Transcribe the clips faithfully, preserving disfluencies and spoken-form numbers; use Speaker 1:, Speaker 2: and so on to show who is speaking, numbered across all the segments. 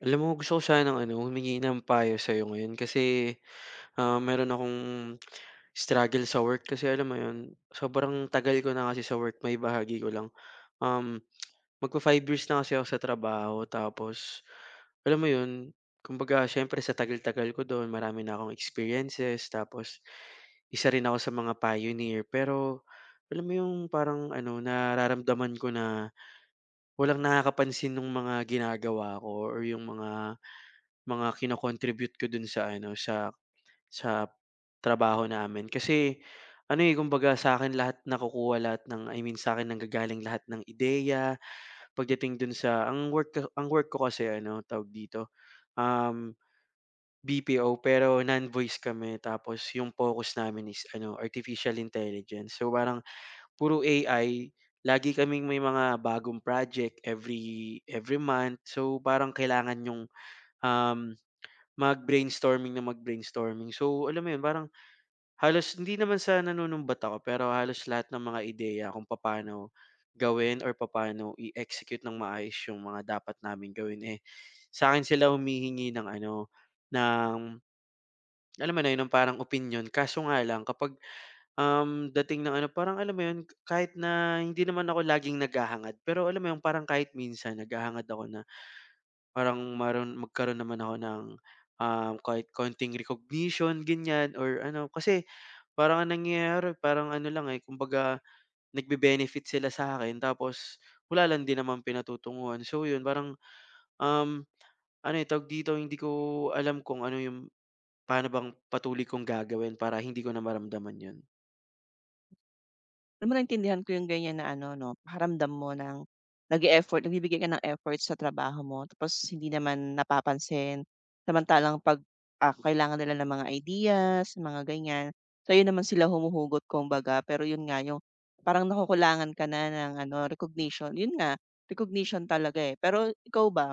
Speaker 1: Alam mo gusto ko sanang ano, humingi ng payo sa'yo ngayon kasi, ah, meron akong struggle sa work kasi alam mo yun, sobrang tagal ko na kasi sa work, may bahagi ko lang. Um, magfa-five years na kasi ako sa trabaho tapos alam mo yun, kumbaga siyempre sa tagal-tagal ko dun marami na akong experiences tapos isa rin ako sa mga pioneer. Pero alam mo yung parang ano, nararamdaman ko na walang nakakapansin ng mga ginagawa ko or yung mga mga kino-contribute ko dun sa ano, sa sa trabaho namin. Kasi ano, eh, kumbaga sa akin lahat nakukuha lahat ng I mean sa'kin nanggagaling lahat ng ideya pagdating dun sa ang work ko ang work ko kasi ano, tawag dito, um, B P O pero non-voice kami tapos yung focus namin is ano, artificial intelligence. So, parang puro A I, lagi kaming may mga bagong project every every month. So, parang kailangan yung, um mag-brainstorming na mag-brainstorming. So, alam mo 'yun, parang halos hindi naman sa nanunumbat ako, pero halos lahat ng mga ideya kung paano gawin or paano i-execute ng maayos yung mga dapat naming gawin, eh, sa akin sila humihingi ng ano, ng alam mo na 'yun, ng parang opinion. Kaso nga lang kapag, um, dating ng ano, parang alam mo 'yun, kahit na hindi naman ako laging naghahangad, pero alam mo 'yun, parang kahit minsan naghahangad ako na Parang maroon magkaroon naman ako ng, um, kahit konting recognition ganyan or ano. Kasi parang ang nangyayari parang ano lang, eh, kumbaga nagbe-benefit sila sa akin tapos wala lang din namang pinatutunguhan. So yun parang, um, ano, eh, tawag dito, hindi ko alam kung ano yung paano bang patuloy kong gagawin para hindi ko na maramdaman yun.
Speaker 2: Alam mo, naintindihan ko yung ganyan na ano 'no, pakiramdam mo ng nag effort, nagbibigay ka ng effort sa trabaho mo tapos hindi naman napapansin. Samantalang 'pag, ah, kailangan nila ng mga ideas, mga ganyan, so, yun naman sila humuhugot kumbaga. Pero yun nga, yung parang nakukulangan ka na ng ano, recognition. Yun nga, recognition talaga, eh. Pero ikaw ba,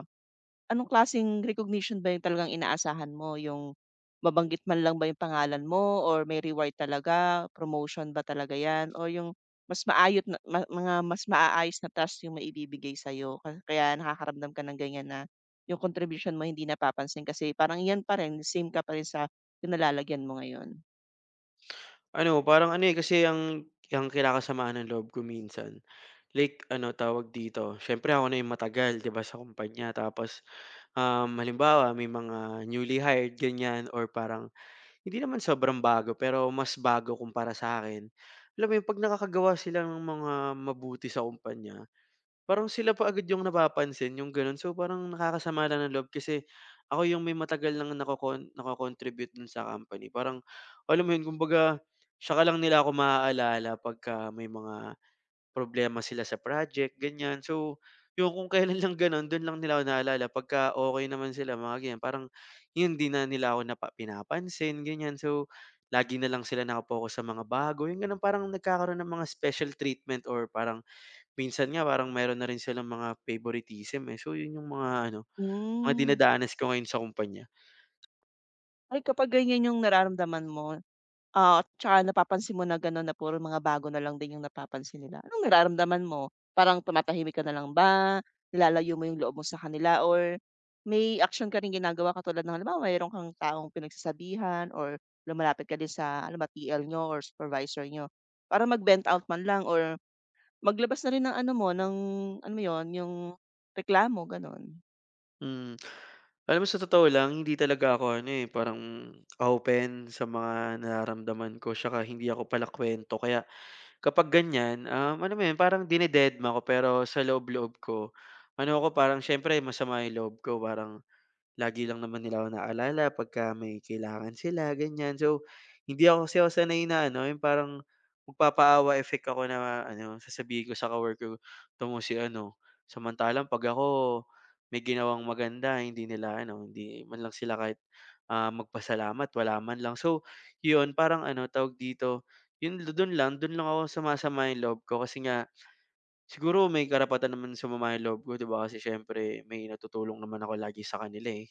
Speaker 2: anong klaseng recognition ba yung talagang inaasahan mo, yung mabanggit man lang ba yung pangalan mo or may reward talaga, promotion ba talaga 'yan o yung mas maayot na ma mga mas maaayos na task yung maibibigay sa'yo ka kaya nakakaramdam ka ng ganiyan na yung contribution mo hindi napapansin kasi parang 'yan pa rin, same ka pa rin sa pinalalagyan mo ngayon?
Speaker 1: Ano, parang ano, eh, kasi ang ang kinakasamahan ng loob ko minsan. Like ano, tawag dito, siyempre ako na yung matagal 'di ba sa kumpanya tapos, um, halimbawa may mga newly hired ganyan or parang hindi naman sobrang bago pero mas bago kumpara sa'kin. Alam mo yun 'pag nakakagawa sila ng mga mabuti sa kumpanya, parang sila pa agad yung napapansin yung gano'n. So parang nakakasama lang ng loob kasi ako yung may matagal ng nakakon nakakontribute contribute dun sa company. Parang alam mo yun kumbaga, siya ka lang nila ako maaalala pagka may mga problema sila sa project, ganyan. So, yung kung kailan lang gano'n, do'n lang nila ako naalala pagka okay naman sila, mga ganyan. Parang 'yun, 'di na nila ako napa pinapansin, ganyan. So, lagi na lang sila naka-focus sa mga bago, yung gano'n. Parang nagkakaroon ng mga special treatment or parang minsan nga parang meron na rin silang mga favoritism, eh. So, 'yun yung mga ano, mga
Speaker 2: Hmm.
Speaker 1: dinadanas ko ngayon sa kumpanya.
Speaker 2: Ay, kapag ganiyan yung nararamdaman mo, oo, tsaka napapansin mo na gano'n na puro mga bago na lang din yung napapansin nila, anong nararamdaman mo? Parang tumatahimik ka na lang ba, nilalayo mo yung loob mo sa kanila, or may action ka ring ginagawa katulad ng halimbawa mayro'n kang taong pinagsasabihan or lumalapit ka din sa ano ba T L niyo or supervisor niyo para mag-vent out man lang or maglabas na rin ng ano mo ng, alam mo 'yun, yung reklamo, gano'n?
Speaker 1: Hmm. Alam mo sa totoo lang hindi talaga ako ano, eh, parang open sa mga nararamdaman ko tsaka hindi ako palakwento kaya kapag ganyan, um, alam mo yun parang dinededma ko pero sa loob-loob ko ano ako parang siyempre masama yung loob ko parang lagi lang naman nila ako naalala pagka may kailangan sila, ganyan. So, hindi ako kasi ako sanay na ano, yung parang magpapaawa effect ako na ano, sasabihin ko sa coworker ko, "Ito mo si ano." Samantalang 'pag ako may ginawang maganda, hindi nila ano, hindi man lang sila kahit, ah, magpasalamat, wala man lang. So, yun parang ano, tawag dito, yun dun lang, dun lang ako sumasama yung loob ko kasi nga siguro may karapatan naman sumama yung loob ko, 'di ba? Kasi siyempre may natutulong naman ako lagi sa kanila, eh.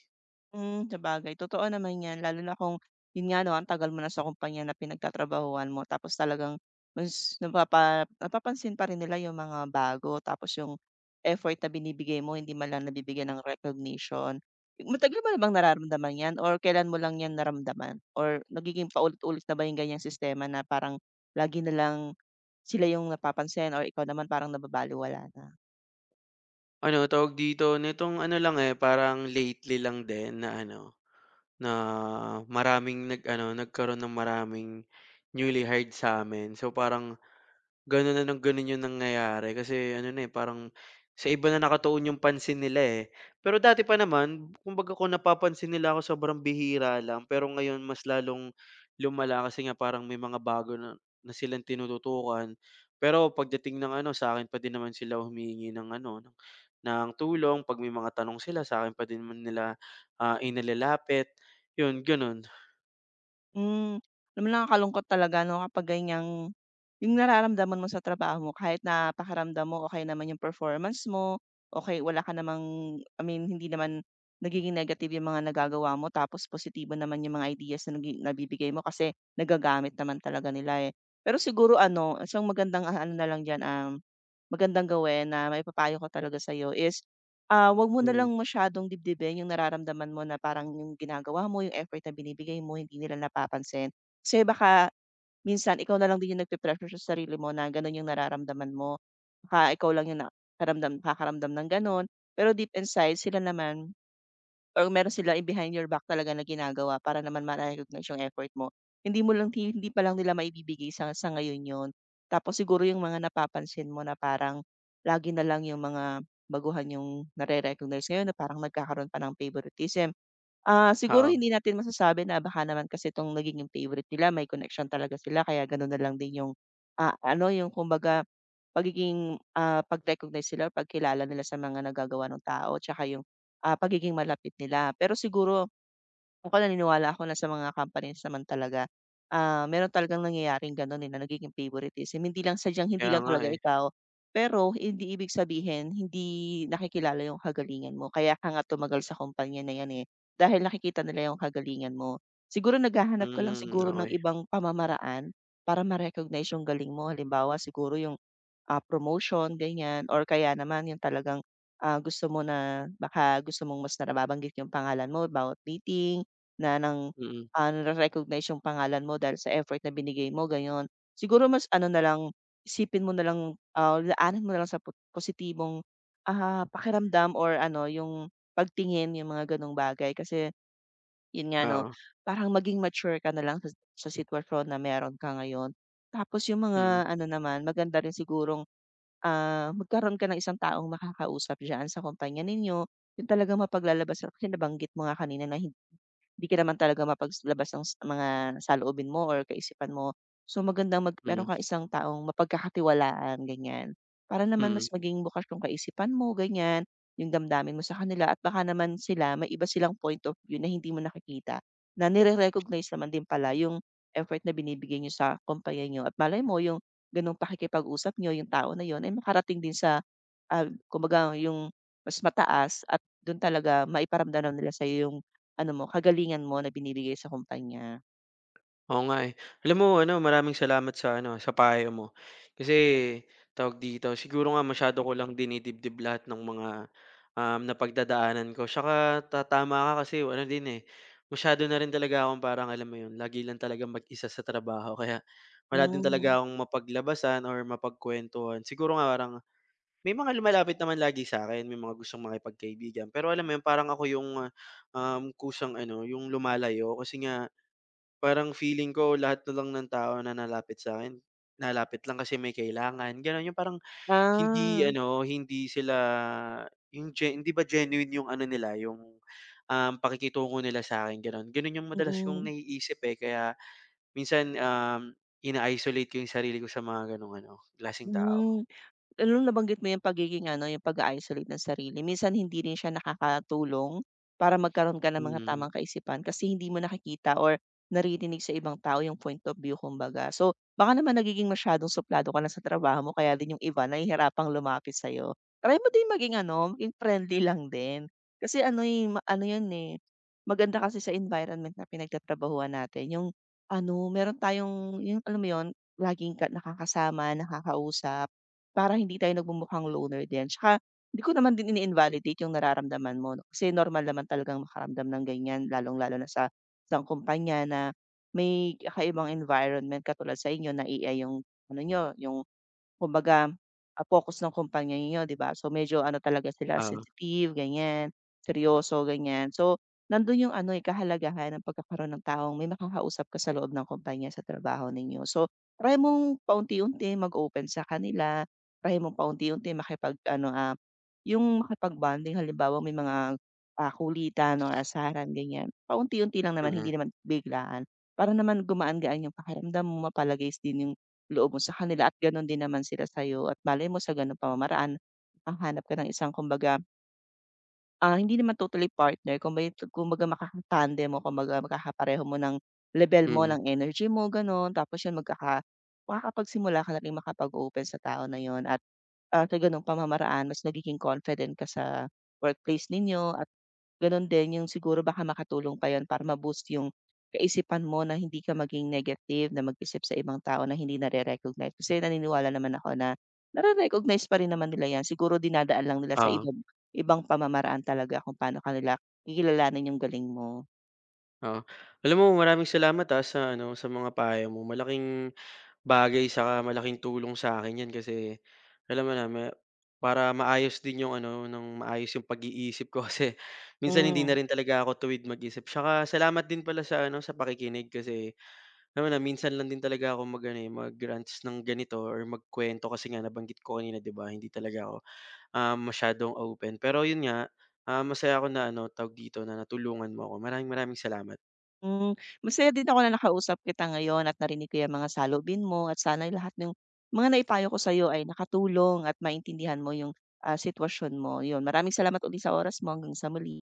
Speaker 2: Hmm, sabagay totoo naman 'yan, lalo na kung, 'yun nga 'no, ang tagal mo na sa kumpanya na pinagtatrabahuhan mo tapos talagang mas napapa napapansin pa rin nila yung mga bago tapos yung effort na binibigay mo hindi man lang nabibigyan ng recognition. Matagal mo na bang nararamdaman 'yan or kailan mo lang 'yan naramdaman or nagiging paulit-ulit na ba yung ganiyang sistema na parang lagi na lang sila yung napapansin or ikaw naman parang nababalewala na?
Speaker 1: Ano tawag dito, nitong ano lang, eh, parang lately lang din na ano, na maraming nag-ano, nagkaroon ng maraming newly hired sa'min. So, parang gano'n na ng gano'n 'yung nangyayari kasi ano na, eh, parang sa iba na nakatuon 'yung pansin nila, eh. Pero dati pa naman kumbaga kung napapansin nila ako sobrang bihira lang pero ngayon mas lalong lumala kasi nga parang may mga bago na na silang tinututukan. Pero pagdating ng ano sa'kin pa din naman sila humihingi ng ano ng ng tulong 'pag may mga tanong sila sa'kin pa din naman nila, ah, inilalapit 'yun gano'n.
Speaker 2: Hmm, alam mo nakakalungkot talaga 'no kapag ganiyang yung nararamdaman mo sa trabaho mo kahit na pakiramdam mo okey naman yung performance mo, okey, wala ka namang, I mean, hindi naman nagiging negative yung mga nagagawa mo tapos positibo naman yung mga ideas na nagi nabibigay mo kasi nagagamit naman talaga nila, eh. Pero siguro ano, isang magandang, ah, ano na lang diyan, um, magandang gawin na maipapayo ko talaga sa'yo is, ah, 'wag mo na
Speaker 1: Hmm,
Speaker 2: lang masyadong dibdibin yung nararamdaman mo na parang yung ginagawa mo, yung effort na binibigay mo hindi nila napapansin. Kasi baka minsan ikaw na lang din yung nagpe-pressure sa sarili mo na gano'n yung nararamdaman mo. Baka ikaw lang yung nakaramdam nakakaramdam ng gano'n, pero deep inside sila naman, or meron sila yung behind your back talaga na ginagawa para naman ma-recognize yung effort mo. Hindi mo lang ti hindi pa lang nila maibibigay sa sa ngayon yun. Tapos siguro yung mga napapansin mo na parang lagi na lang yung mga baguhan yung nare-recognize ngayon na parang nagkakaroon pa ng favoritism. Ah, siguro
Speaker 1: oo.
Speaker 2: hindi natin masasabi na baka naman kasi itong nagiging favorite nila may connection talaga sila kaya gano'n na lang din yung, ah, ano yung kumbaga pagiging, ah, pag-recognize sila o pagkilala nila sa mga nagagawa ng tao 'tsaka yung, ah, pagiging malapit nila. Pero siguro ako naniniwala ako na sa mga companies naman talaga, ah, meron talagang nangyayaring gano'n, eh, na nagiging favoritism. Hindi lang sadyang hindi
Speaker 1: Kaya
Speaker 2: lang
Speaker 1: nga,
Speaker 2: talaga
Speaker 1: eh.
Speaker 2: ikaw, pero hindi ibig sabihin hindi nakikilala yung kagalingan mo. Kaya ka nga tumagal sa kumpanya na 'yan, eh, dahil nakikita nila yung kagalingan mo. Siguro naghahanap ka lang
Speaker 1: Hmm,
Speaker 2: siguro ng
Speaker 1: okey.
Speaker 2: ibang pamamaraan para ma-recognize yung galing mo. Halimbawa siguro yung, ah, promotion ganyan or kaya naman yung talagang, ah, gusto mo, na baka gusto mong mas na nababanggit yung pangalan mo about meeting na ng,
Speaker 1: Mm,
Speaker 2: ah, nare-recognize yung pangalan mo dahil sa effort na binigay mo gano'n. Siguro mas ano na lang, isipin mo na lang, ah, laanan mo na lang sa po positibong, ah, pakiramdam or ano yung pagtingin yung mga gano'ng bagay kasi yun nga 'no,
Speaker 1: oo.
Speaker 2: parang maging mature ka na lang sa sa sitwasyon na meron ka ngayon. Tapos yung
Speaker 1: Mm,
Speaker 2: mga ano naman, maganda rin sigurong, ah, magkaroon ka ng isang taong makakausap diyan sa kumpanya ninyo, yung talagang mapaglalabas kasi nabanggit mo nga kanina na hindi ka naman talaga mapaglabas ng s mga saloobin mo or kaisipan mo. So, magandang mag meron kang
Speaker 1: mm.
Speaker 2: isang taong mapagkakatiwalaan, ganyan. Para naman
Speaker 1: Mm,
Speaker 2: mas maging bukas yung kaisipan mo, ganyan, yung damdamin mo sa kanila at baka naman sila may iba silang point of view na hindi mo nakikita, na nire-recognize naman din pala yung effort na binibigay niyo sa kumpanya niyo, at malay mo yung gano'ng pakikipag-usap niyo, yung tao na yon ay makarating din sa, ah, kumbaga yung mas mataas, at dun talaga maiparamdam nila sa yung ano mo, kagalingan mo na binibigay sa kumpanya.
Speaker 1: oo nga, eh. Alam mo ano, maraming salamat sa ano, sa payo mo. Kasi tawag dito, siguro nga masyado ko lang dinidibdib lahat ng mga, um, napagdadaanan ko. Tsaka ta ka kasi ano din, eh, masyado na rin talaga akong parang alam mo 'yun, lagi lang talaga mag-isa sa trabaho kaya wala din
Speaker 2: Hmm,
Speaker 1: talaga akong mapaglabasan or mapagkuwentuhan. Siguro nga parang may mga lumalapit naman lagi sa akin, may mga gustong makipagkaibigan. Pero alam mo 'yun, parang ako yung, ah, um, kusang ano, yung lumalayo kasi nga parang feeling ko lahat na lang ng tao na nalapit sa akin nalapit lang kasi may kailangan, gano'n. Yung parang hindi
Speaker 2: ah,
Speaker 1: ano, hindi sila yung ge hindi ba genuine yung ano nila, yung, um, pakikitungo nila sa akin gano'n. Gano'n yung madalas kong
Speaker 2: mm,
Speaker 1: naiisip, eh, kaya minsan, um, ina-isolate ko yung sarili ko sa mga gano'ng ano, klaseng tao.
Speaker 2: hmm. Nung nabanggit mo yung pagiging ano, yung pag-a-isolate ng sarili, minsan hindi rin siya nakakatulong para magkaroon ka ng mga
Speaker 1: Mm,
Speaker 2: tamang kaisipan kasi hindi mo nakikita or naririnig sa ibang tao yung point of view kumbaga. So, baka naman nagiging masyadong suplado ka na sa trabaho mo kaya din yung iba nahihirapang lumapit sa'yo. Try mo din maging ano, maging friendly lang din. Kasi ano eh, ano yun eh, maganda kasi sa environment na pinagtatrabahuhan natin yung ano, meron tayong yung alam mo yun, laging ka nakakasama, nakakausap. Para hindi tayo nagmumukhang loner din. Tsaka hindi ko naman din ini-invalidate yung nararamdaman mo 'no, kasi normal naman talagang makaramdam ng ganyan lalong-lalo na sa isang kumpanya na may kakaibang environment katulad sa inyo na A I yung ano nyo yung kumbaga, ah, focus ng kumpanya niyo 'di ba? So, medyo ano talaga sila,
Speaker 1: oo,
Speaker 2: sensitive ganyan, seryoso ganyan. So, nandun yung ano, eh, kahalagahan ng pagkakaroon ng taong may makakausap ka sa loob ng kumpanya sa trabaho ninyo. So, try mong paunti-unti mag-open sa kanila, try mong paunti-unti makipag-ano, ah, yung makipag-bonding, halimbawa may mga, ah, kulitan or asaran ganyan, paunti-unti lang naman,
Speaker 1: mm,
Speaker 2: hindi naman biglaan. Para naman gumaan-gaan yung pakiramdam mo, mapalagays din yung loob mo sa kanila at gano'n din naman sila sa'yo, at malay mo sa gano'ng pamamaraan makahanap ka ng isang kumbaga, ah, hindi naman totally partner, kumbaga kumbaga makaka-tandem mo, kumbaga magkakapareho mo ng level mo,
Speaker 1: mm,
Speaker 2: ng energy mo gano'n, tapos 'yun magkaka makakapagsimula ka na ring makapag-open sa tao na 'yun at, ah, sa gano'ng pamamaraan mas nagiging confident ka sa workplace ninyo, at gano'n din yung siguro baka makatulong pa 'yun para ma-boost yung kaisipan mo na hindi ka maging negative, na mag-isip sa ibang tao na hindi nare-recognize. Kasi naniniwala naman ako na nare-recognize pa rin naman nila 'yan, siguro dinadaan lang nila sa
Speaker 1: oo,
Speaker 2: ibang ibang pamamaraan talaga kung paano ka nila kikilalanin yung galing mo.
Speaker 1: oo. Alam mo maraming salamat, ah, sa ano, sa mga payo mo. Malaking bagay saka malaking tulong sa akin 'yan kasi alam mo na me para maayos din yung ano, ng maayos yung pag-iisip ko kasi minsan hindi na
Speaker 2: Hmm,
Speaker 1: rin talaga ako tuwid mag-isip. Saka salamat din pala sa ano, sa pakikinig kasi alam mo na minsan lang din talaga ako mag-ano, eh, mag-rants ng ganito or magkwento kasi nga nabanggit ko kanina 'di ba, hindi talaga ako, ah, masyadong open. Pero yun nga, ah, masaya ako na ano, tawag dito, na natulungan mo ako. Maraming maraming salamat.
Speaker 2: hmm. Masaya din ako na nakausap kita ngayon at narinig ko yung mga salubin mo at sana'y lahat ng mga naipayo ko sa'yo ay nakatulong at maintindihan mo yung, ah, sitwasyon mo, 'yun. Maraming salamat uli sa oras mo. Hanggang sa muli.